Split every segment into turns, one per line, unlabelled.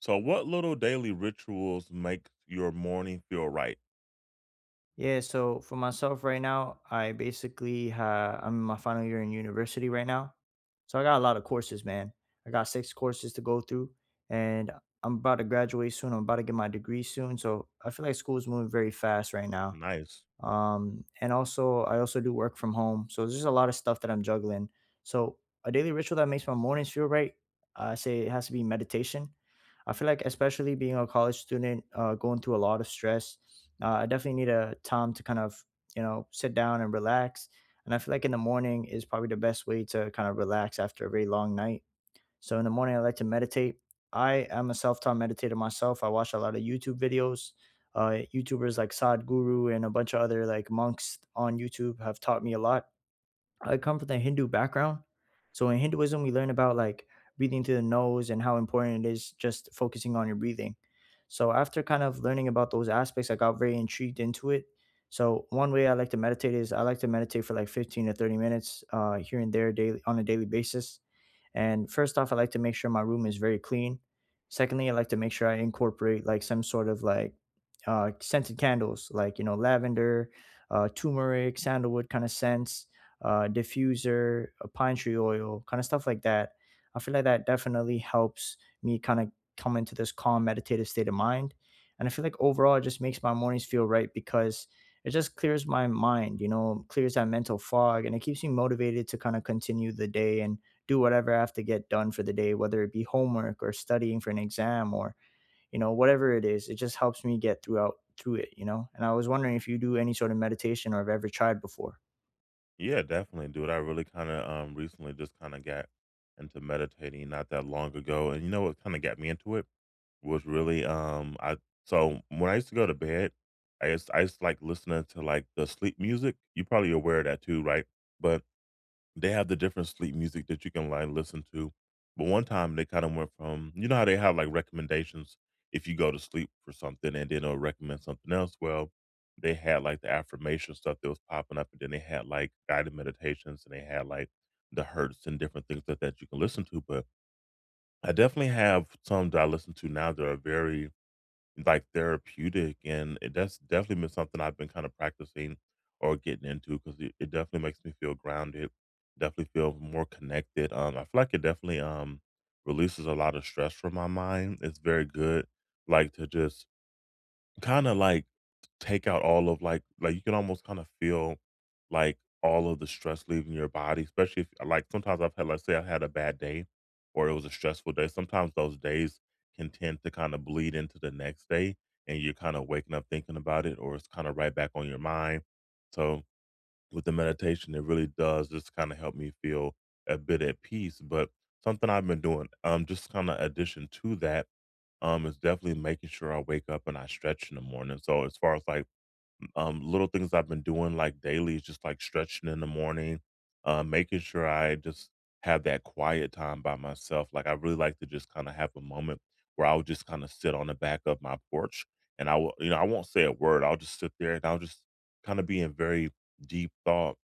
So, what little daily rituals make your morning feel right?
Yeah, so for myself right now, I basically have I'm in my final year in university right now. So I got a lot of courses, man. I got six courses to go through and I'm about to graduate soon. I'm about to get my degree soon. So I feel like school's moving very fast right now.
Nice.
And also I also do work from home, so there's just a lot of stuff that I'm juggling. So a daily ritual that makes my mornings feel right, I say it has to be meditation. I feel like, especially being a college student, going through a lot of stress, I definitely need a time to kind of, you know, sit down and relax. And I feel like in the morning is probably the best way to kind of relax after a very long night. So in the morning, I like to meditate. I am a self-taught meditator myself. I watch a lot of YouTube videos. YouTubers like Sadhguru and a bunch of other like monks on YouTube have taught me a lot. I come from the Hindu background. So in Hinduism, we learn about like breathing through the nose and how important it is, just focusing on your breathing. So after kind of learning about those aspects, I got very intrigued into it. So one way I like to meditate is I like to meditate for like 15 to 30 minutes here and there daily on a daily basis. And first off, I like to make sure my room is very clean. Secondly, I like to make sure I incorporate like some sort of like scented candles, like, you know, lavender, turmeric, sandalwood kind of scents, diffuser, a pine tree oil, kind of stuff like that. I feel like that definitely helps me kind of come into this calm, meditative state of mind. And I feel like overall, it just makes my mornings feel right because it just clears my mind, you know, clears that mental fog, and it keeps me motivated to kind of continue the day and do whatever I have to get done for the day, whether it be homework or studying for an exam or, you know, whatever it is. It just helps me get through it, And I was wondering if you do any sort of meditation or have ever tried before.
Yeah, definitely, dude. I really kind of recently just kind of got into meditating not that long ago, and you know what kind of got me into it was really I so when I used to go to bed, I used to like listening to like the sleep music. You probably aware of that too, right? But they have the different sleep music that you can, like, listen to. But one time they kinda went from, you know how they have, like, recommendations if you go to sleep for something and then it'll recommend something else? Well, they had, like, the affirmation stuff that was popping up, and then they had, like, guided meditations, and they had, like, the hurts and different things that you can listen to, but I definitely have some that I listen to now that are very like therapeutic and that's definitely been something I've been kind of practicing or getting into because it definitely makes me feel grounded, definitely feel more connected. I feel like it definitely releases a lot of stress from my mind. It's very good, like, to just kinda like take out all of, like, you can almost kinda feel, like, all of the stress leaving your body, especially if, like, sometimes I've had, let's say I had a bad day or it was a stressful day, sometimes those days can tend to kinda bleed into the next day, and you're kinda waking up thinking about it, or it's kinda right back on your mind. So, with the meditation, it really does just kinda help me feel a bit at peace, but something I've been doing, just kinda addition to that, is definitely making sure I wake up and I stretch in the morning. So as far as like, little things I've been doing like daily is just like stretching in the morning, making sure I just have that quiet time by myself. Like I really like to just kind of have a moment where I'll just kind of sit on the back of my porch and I will, I won't say a word. I'll just sit there and I'll just kind of be in very deep thought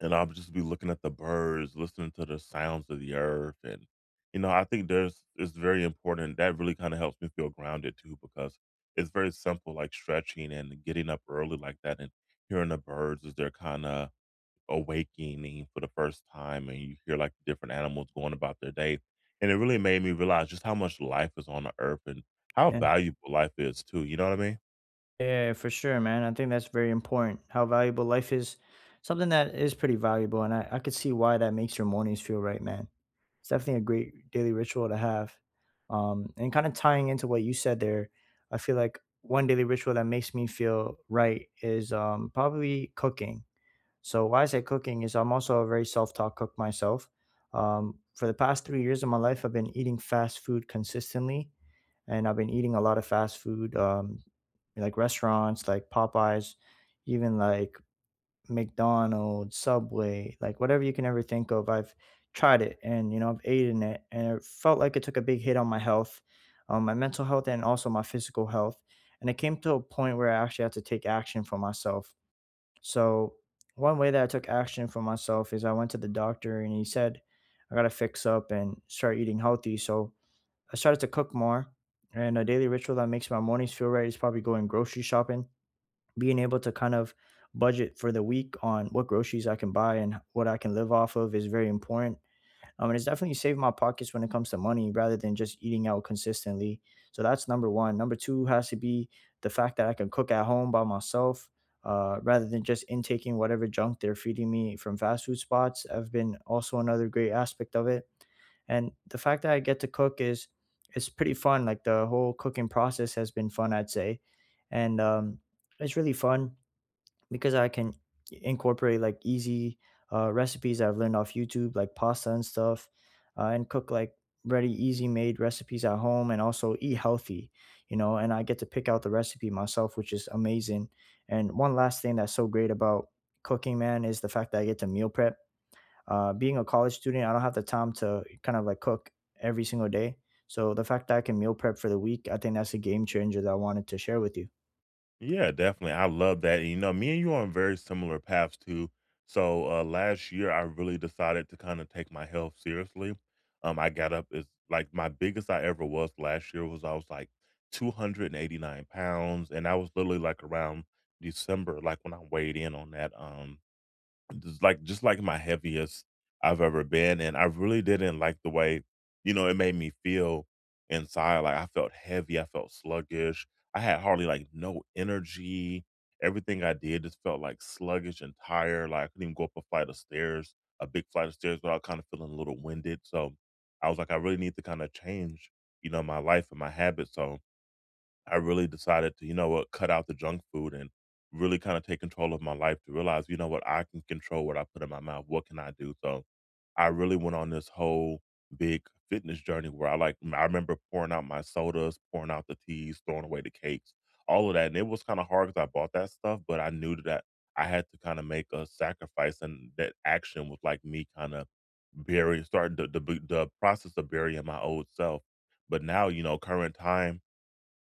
and I'll just be looking at the birds, listening to the sounds of the earth, and, you know, I think there's it's very important, that really kinda helps me feel grounded too because it's very simple, like, stretching and getting up early like that and hearing the birds as they're kinda awakening for the first time, and you hear, like, different animals going about their day, and it really made me realize just how much life is on the earth and how
Yeah.
valuable life is too, you know what I mean?
Yeah, for sure, man. I think that's very important. How valuable life is, something that is pretty valuable, and I could see why that makes your mornings feel right, man. It's definitely a great daily ritual to have. And kind of tying into what you said there, I feel like one daily ritual that makes me feel right is probably cooking. So why I say cooking is I'm also a very self-taught cook myself. For the past 3 years of my life, I've been eating fast food consistently, and I've been eating a lot of fast food, like restaurants, like Popeyes, even like McDonald's, Subway, like whatever you can ever think of. I've tried it, and you know, I've eaten it, and it felt like it took a big hit on my health, my mental health, and also my physical health. And it came to a point where I actually had to take action for myself. So one way that I took action for myself is I went to the doctor, and he said I got to fix up and start eating healthy. So I started to cook more, and a daily ritual that makes my mornings feel right is probably going grocery shopping, being able to kind of budget for the week on what groceries I can buy and what I can live off of is very important. And it's definitely saved my pockets when it comes to money rather than just eating out consistently. So that's number one. Number two has to be the fact that I can cook at home by myself. Rather than just intaking whatever junk they're feeding me from fast food spots, have been also another great aspect of it. And the fact that I get to cook is, it's pretty fun. Like the whole cooking process has been fun, I'd say. And it's really fun because I can incorporate like easy recipes that I've learned off YouTube, like pasta and stuff, and cook like ready, easy made recipes at home and also eat healthy, you know. And I get to pick out the recipe myself, which is amazing. And one last thing that's so great about cooking, man, is the fact that I get to meal prep. Being a college student, I don't have the time to kind of like cook every single day. So the fact that I can meal prep for the week, I think that's a game changer that I wanted to share with you.
Yeah, definitely. I love that. And, you know, me and you are on very similar paths too. So last year, I really decided to kind of take my health seriously. I got up as like my biggest I ever was last year was I was like 289 pounds, and I was literally like around December, like when I weighed in on that. Just like my heaviest I've ever been, and I really didn't like the way, you know, it made me feel inside. Like I felt heavy, I felt sluggish. I had hardly like no energy. Everything I did just felt like sluggish and tired. Like I couldn't even go up a flight of stairs, a big flight of stairs without kind of feeling a little winded. So I was like, I really need to kind of change, you know, my life and my habits. So I really decided to, you know what, cut out the junk food and really kind of take control of my life to realize, you know what, I can control what I put in my mouth. What can I do? So I really went on this whole big fitness journey where I like, I remember pouring out my sodas, pouring out the teas, throwing away the cakes, all of that. And it was kind of hard because I bought that stuff, but I knew that I had to kind of make a sacrifice. And that action was like me kind of burying, starting the process of burying my old self. But now, you know, current time,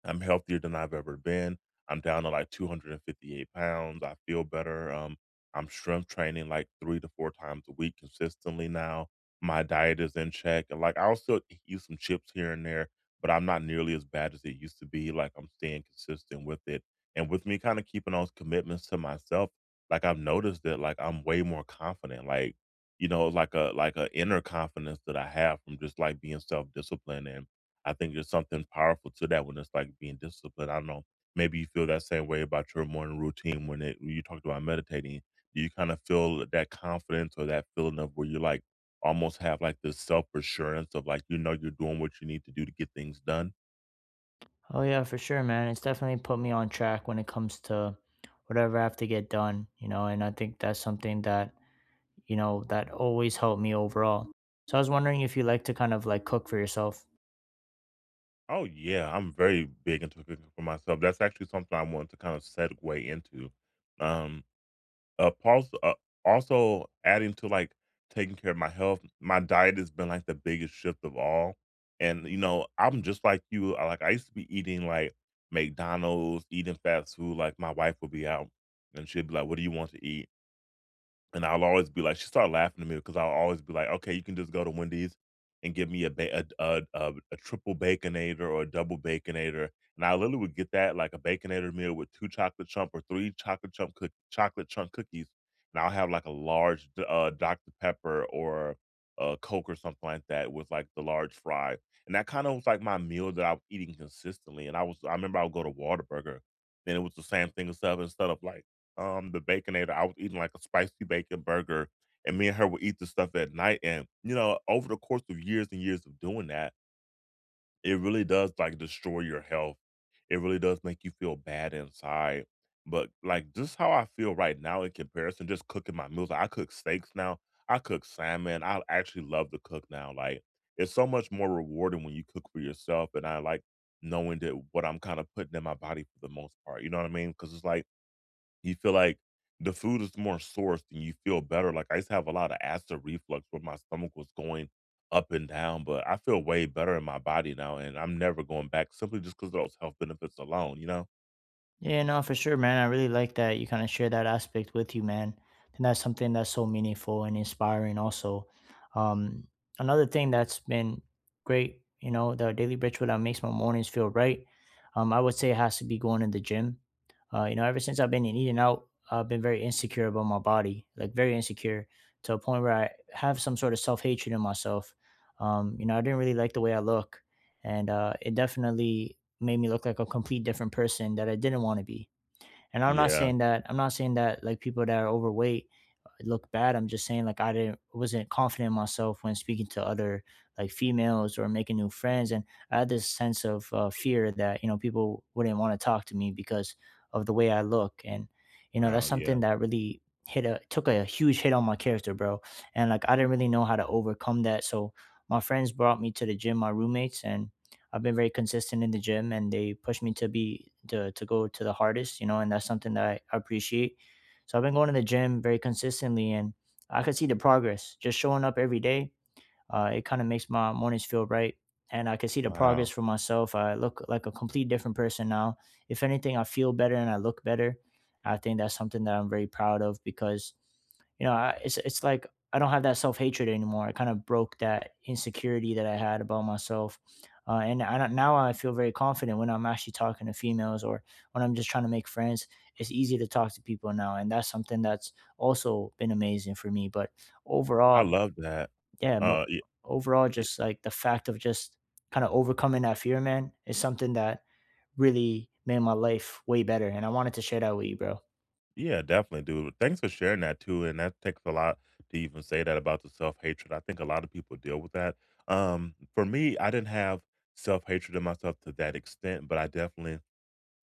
I'm healthier than I've ever been. I'm down to like 258 pounds. I feel better. I'm strength training like 3 to 4 times a week consistently now. My diet is in check. And like I'll still eat some chips here and there, but I'm not nearly as bad as it used to be. Like I'm staying consistent with it. And with me kind of keeping those commitments to myself, like I've noticed that like I'm way more confident. Like, you know, like a inner confidence that I have from just like being self-disciplined and. I think there's something powerful to that when it's like being disciplined. I don't know. Maybe you feel that same way about your morning routine when you talked about meditating. Do you kind of feel that confidence or that feeling of where you like almost have like this self assurance of like, you know, you're doing what you need to do to get things done?
Oh yeah, for sure, man. It's definitely put me on track when it comes to whatever I have to get done, you know, and I think that's something that, you know, that always helped me overall. So I was wondering if you like to kind of like cook for yourself.
Oh yeah, I'm very big into cooking for myself. That's actually something I want to kind of segue into. Um pals, also adding to, like, taking care of my health, my diet has been, like, the biggest shift of all, and, you know, I'm just like you, I like, I used to be eating, like, McDonald's, eating fast food, like, my wife would be out, and she'd be like, "What do you want to eat?" And I'll always be like, she started laughing at me because I'll always be like, "Okay, you can just go to Wendy's and give me a ba a triple Baconator or a double Baconator." And I literally would get that, like, a Baconator meal with 2 chocolate chunk or 3 chocolate chunk cookies, and I'll have, like, a large d Dr. Pepper or a Coke or something like that with, like, the large fry. And that kinda was, like, my meal that I was eating consistently, and I remember I would go to Whataburger, and it was the same thing instead of, like, the baconator, I was eating like a spicy bacon burger, and me and her would eat the stuff at night. And you know, over the course of years and years of doing that, it really does like destroy your health. It really does make you feel bad inside. But like just how I feel right now in comparison, just cooking my meals. I cook steaks now. I cook salmon. I actually love to cook now. Like it's so much more rewarding when you cook for yourself. And I like knowing that what I'm kind of putting in my body for the most part. You know what I mean? Because it's like you feel like the food is more sourced and you feel better. Like I used to have a lot of acid reflux where my stomach was going up and down, but I feel way better in my body now and I'm never going back simply just because of those health benefits alone, you know?
Yeah, no, for sure, man. I really like that you kind of share that aspect with you, man. And that's something that's so meaningful and inspiring, also. Um, Another thing that's been great, you know, the daily ritual that makes my mornings feel right, I would say it has to be going to the gym. You know, ever since I've been in eating out, I've been very insecure about my body, like very insecure to a point where I have some sort of self hatred in myself. You know, I didn't really like the way I look. And it definitely made me look like a complete different person that I didn't wanna be. And
Yeah.
I'm not saying that, like, people that are overweight look bad. I'm just saying like I didn't wasn't confident in myself when speaking to other like females or making new friends, and I had this sense of fear that, you know, people wouldn't want to talk to me because of the way I look, and you know, that's
Wow. Yeah.
something that really hit a took a huge hit on my character, bro. And like I didn't really know how to overcome that, so my friends brought me to the gym, my roommates, and I've been very consistent in the gym, and they pushed me to be to go to the hardest, you know, and that's something that I appreciate. So I've been going to the gym very consistently and I could see the progress just showing up every day. It kind of makes my mornings feel right. And I can see the progress
Wow.
for myself. I look like a complete different person now. If anything, I feel better and I look better. I think that's something that I'm very proud of because, you know, it's like I don't have that self hatred anymore. I kind of broke that insecurity that I had about myself, and I don't, now I feel very confident when I'm actually talking to females or when I'm just trying to make friends. It's easy to talk to people now, and that's something that's also been amazing for me. But
I
overall,
love that.
yeah, but
Uh, y-
overall,
y-
just like the fact of just kind of overcoming that fear, man, is something that really made my life way better. And I wanted to share that with you, bro.
yeah, definitely, dude. Thanks for sharing that too. And that takes a lot to even say that about the self hatred. I think a lot of people deal with that. For me, I didn't have self hatred in myself to that extent, but I definitely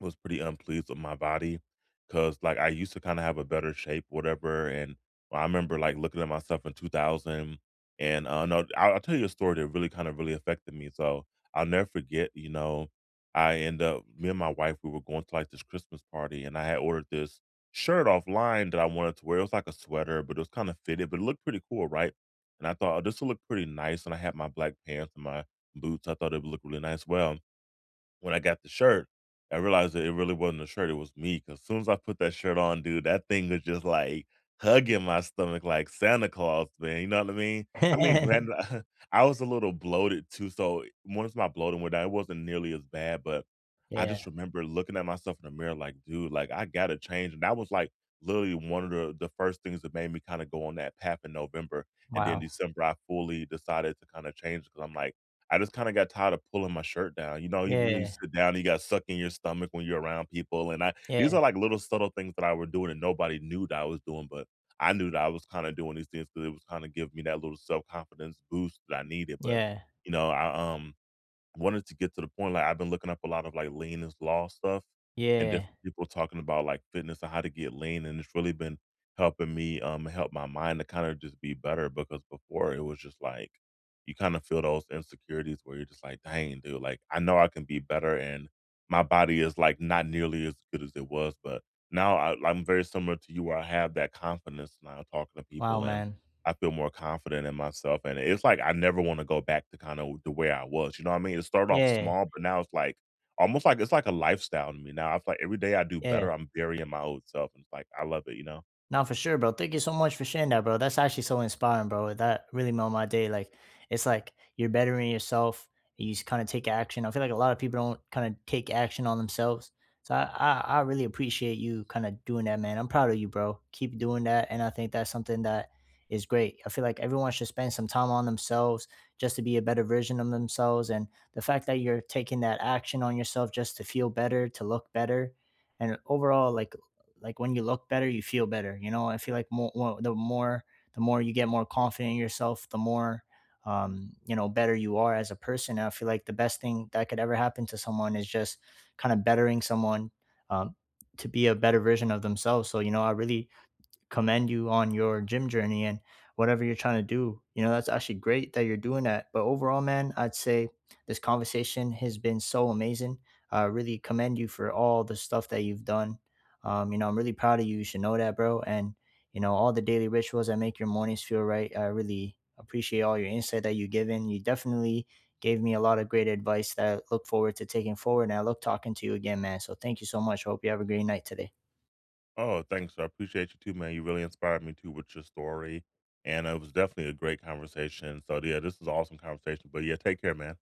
was pretty unpleased with my body because like I used to kind of have a better shape, whatever. And I remember like looking at myself in 2000, and no, I'll tell you a story that really kind of really affected me. So I'll never forget. You know, I end up me and my wife, we were going to like this Christmas party, and I had ordered this shirt offline that I wanted to wear. It was like a sweater, but it was kind of fitted, but it looked pretty cool, right? And I thought, oh, this will look pretty nice, and I had my black pants and my boots. I thought it would look really nice. Well, when I got the shirt, I realized that it really wasn't a shirt, it was me. Because as soon as I put that shirt on, dude, that thing was just, like, hugging my stomach like Santa Claus, man, you know what I mean? I mean, granted, I was a little bloated too, so once my bloating went down, it wasn't nearly as bad, but I just
Yeah.
remember looking at myself in the mirror like, "Dude, like, I gotta change," and that was, like, literally one of the first things that made me kinda go on that path in November, and then
Wow.
December, I fully decided to kinda change because 'cause I'm like, I just kinda got tired of pulling my shirt down, you know, you
Yeah.
sit down, you got suck in your stomach when you're around people, and I these
Yeah.
are, like, little subtle things that I were doing and nobody knew that I was doing, but I knew that I was kinda doing these things because it was kinda give me that little self-confidence boost that I needed, but,
Yeah.
you know, wanted to get to the point, like, I've been looking up a lot of, like, lean is law stuff and
Yeah.
different people talking about, like, fitness and how to get lean, and it's really been helping me, help my mind to kinda just be better because before it was just like, you kinda feel those insecurities where you're just like, "Dang, dude, like, I know I can be better, and my body is, like, not nearly as good as it was," but now I'm very similar to you where I have that confidence now talking to
Wow,
people and
man.
I feel more confident in myself, and it's like I never wanna go back to kinda the way I was, you know what I mean? It started off
Yeah.
small, but now it's like almost like it's like a lifestyle to me now. I feel like every day I do
Yeah,
better, I'm burying my old self, and it's like, I love it, you know?
no, for sure, bro. Thank you so much for sharing that, bro. That's actually so inspiring, bro. That really made my day. Like, it's like you're bettering yourself. You just kind of take action. I feel like a lot of people don't kind of take action on themselves. So I really appreciate you kind of doing that, man. I'm proud of you, bro. Keep doing that, and I think that's something that is great. I feel like everyone should spend some time on themselves just to be a better version of themselves. And the fact that you're taking that action on yourself just to feel better, to look better, and overall, like when you look better, you feel better. You know, I feel like more, more the more, the more you get more confident in yourself, the more you know, better you are as a person. And I feel like the best thing that could ever happen to someone is just kind of bettering someone, um, to be a better version of themselves. So you know, I really commend you on your gym journey and whatever you're trying to do. You know, that's actually great that you're doing that. But overall, man, I'd say this conversation has been so amazing. I really commend you for all the stuff that you've done. You know, I'm really proud of you. You should know that, bro. And, you know, all the daily rituals that make your mornings feel right. I really appreciate all your insight that you've given. You definitely gave me a lot of great advice that I look forward to taking forward. And I look talking to you again, man. So thank you so much. Hope you have a great night today.
Oh, thanks. I appreciate you too, man. You really inspired me too with your story, and it was definitely a great conversation. So, yeah, this is an awesome conversation, but yeah, take care, man.